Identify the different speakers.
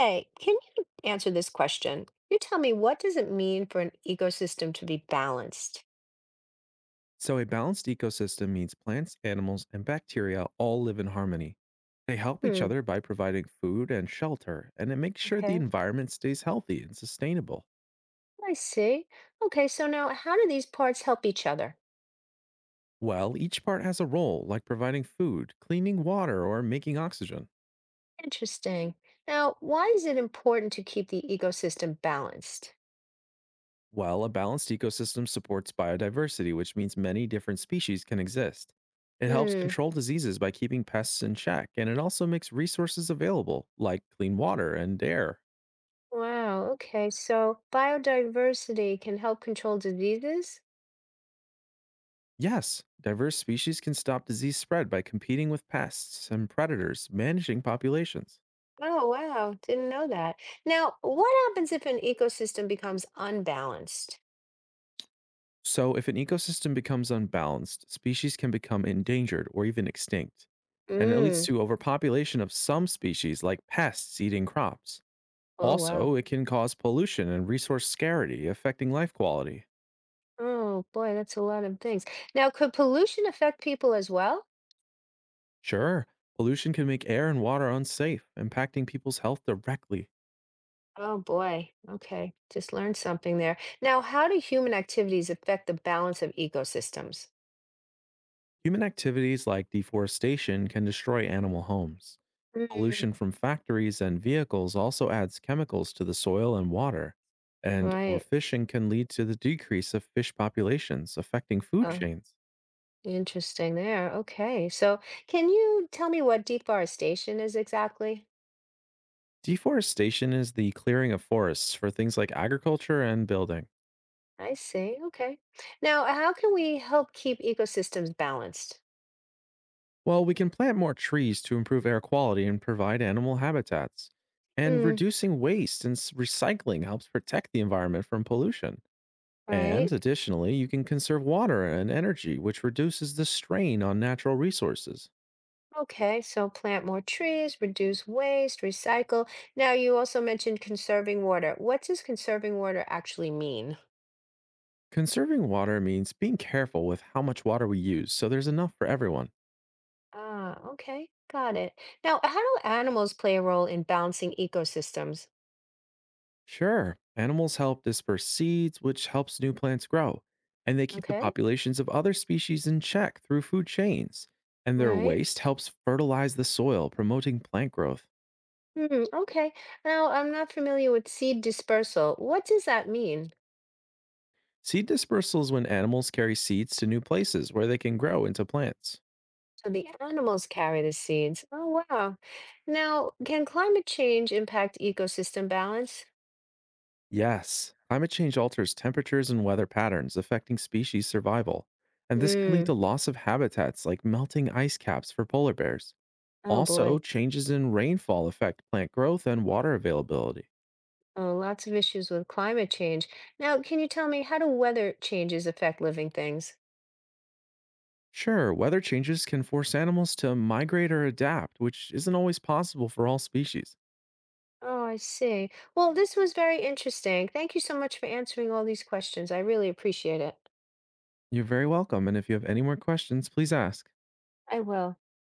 Speaker 1: Hey, can you answer this question? You tell me, what does it mean for an ecosystem to be balanced?
Speaker 2: So, a balanced ecosystem means plants, animals, and bacteria all live in harmony. They help each
Speaker 1: Hmm,
Speaker 2: other by providing food and shelter, and it makes sure the
Speaker 1: okay.
Speaker 2: environment stays healthy and sustainable.
Speaker 1: I see. Okay, so now how do these parts help each other?
Speaker 2: Well, each part has a role, like providing food, cleaning water, or making oxygen.
Speaker 1: Interesting. Now, why is it important to keep the ecosystem balanced?
Speaker 2: Well, a balanced ecosystem supports biodiversity, which means many different species can exist. It helps
Speaker 1: Hmm,
Speaker 2: control diseases by keeping pests in check, and it also makes resources available, like clean water and air.
Speaker 1: wow. Okay, so biodiversity can help control diseases?
Speaker 2: Yes, diverse species can stop disease spread by competing with pests and predators, managing populations.
Speaker 1: Oh, wow. Didn't know that. Now, what happens if an ecosystem becomes unbalanced?
Speaker 2: So, if an ecosystem becomes unbalanced, species can become endangered or even extinct. And it leads
Speaker 1: Hmm,
Speaker 2: to overpopulation of some species, like pests eating crops.
Speaker 1: oh, wow.
Speaker 2: Also, it can cause pollution and resource scarcity, affecting life quality.
Speaker 1: Oh boy, that's a lot of things. Now, could pollution affect people as well?
Speaker 2: Sure, pollution can make air and water unsafe, impacting people's health directly.
Speaker 1: Oh boy. Okay. Just learned something there. Now, how do human activities affect the balance of ecosystems?
Speaker 2: Human activities like deforestation can destroy animal homes.
Speaker 1: Mm,
Speaker 2: Pollution from factories and vehicles also adds chemicals to the soil and water, and
Speaker 1: right.
Speaker 2: overfishing can lead to the decrease of fish populations, affecting food
Speaker 1: Oh,
Speaker 2: chains.
Speaker 1: interesting there. Okay. So, can you tell me what deforestation is exactly?
Speaker 2: Deforestation is the clearing of forests for things like agriculture and building.
Speaker 1: I see. Okay. Now, how can we help keep ecosystems balanced?
Speaker 2: While we can plant more trees to improve air quality and provide animal habitats, and
Speaker 1: Mm,
Speaker 2: reducing waste and recycling helps protect the environment from pollution. And
Speaker 1: right.
Speaker 2: additionally, you can conserve water and energy, which reduces the strain on natural resources.
Speaker 1: Okay, so plant more trees, reduce waste, recycle. Now, you also mentioned conserving water. What does conserving water actually mean?
Speaker 2: Conserving water means being careful with how much water we use so there's enough for everyone.
Speaker 1: Ah, okay, got it. Now, how do animals play a role in balancing ecosystems?
Speaker 2: Sure, animals help disperse seeds, which helps new plants grow, and they keep the
Speaker 1: Okay,
Speaker 2: populations of other species in check through food chains. And their
Speaker 1: right.
Speaker 2: waste helps fertilize the soil, promoting plant growth.
Speaker 1: Hmm, okay. Now, I'm not familiar with seed dispersal. What does that mean?
Speaker 2: Seed dispersal is when animals carry seeds to new places where they can grow into plants.
Speaker 1: So the animals carry the seeds. Oh, wow. Now, can climate change impact ecosystem balance?
Speaker 2: Yes, climate change alters temperatures and weather patterns, affecting species survival. And this can lead
Speaker 1: Mm,
Speaker 2: to loss of habitats like melting ice caps for polar bears.
Speaker 1: oh
Speaker 2: Also,
Speaker 1: boy.
Speaker 2: changes in rainfall affect plant growth and water availability.
Speaker 1: Oh, lots of issues with climate change. Now, can you tell me how do weather changes affect living things?
Speaker 2: Sure, weather changes can force animals to migrate or adapt, which isn't always possible for all species.
Speaker 1: Oh, I see. Well, this was very interesting. Thank you so much for answering all these questions. I really appreciate it.
Speaker 2: You're very welcome, and if you have any more questions, please ask.
Speaker 1: I will.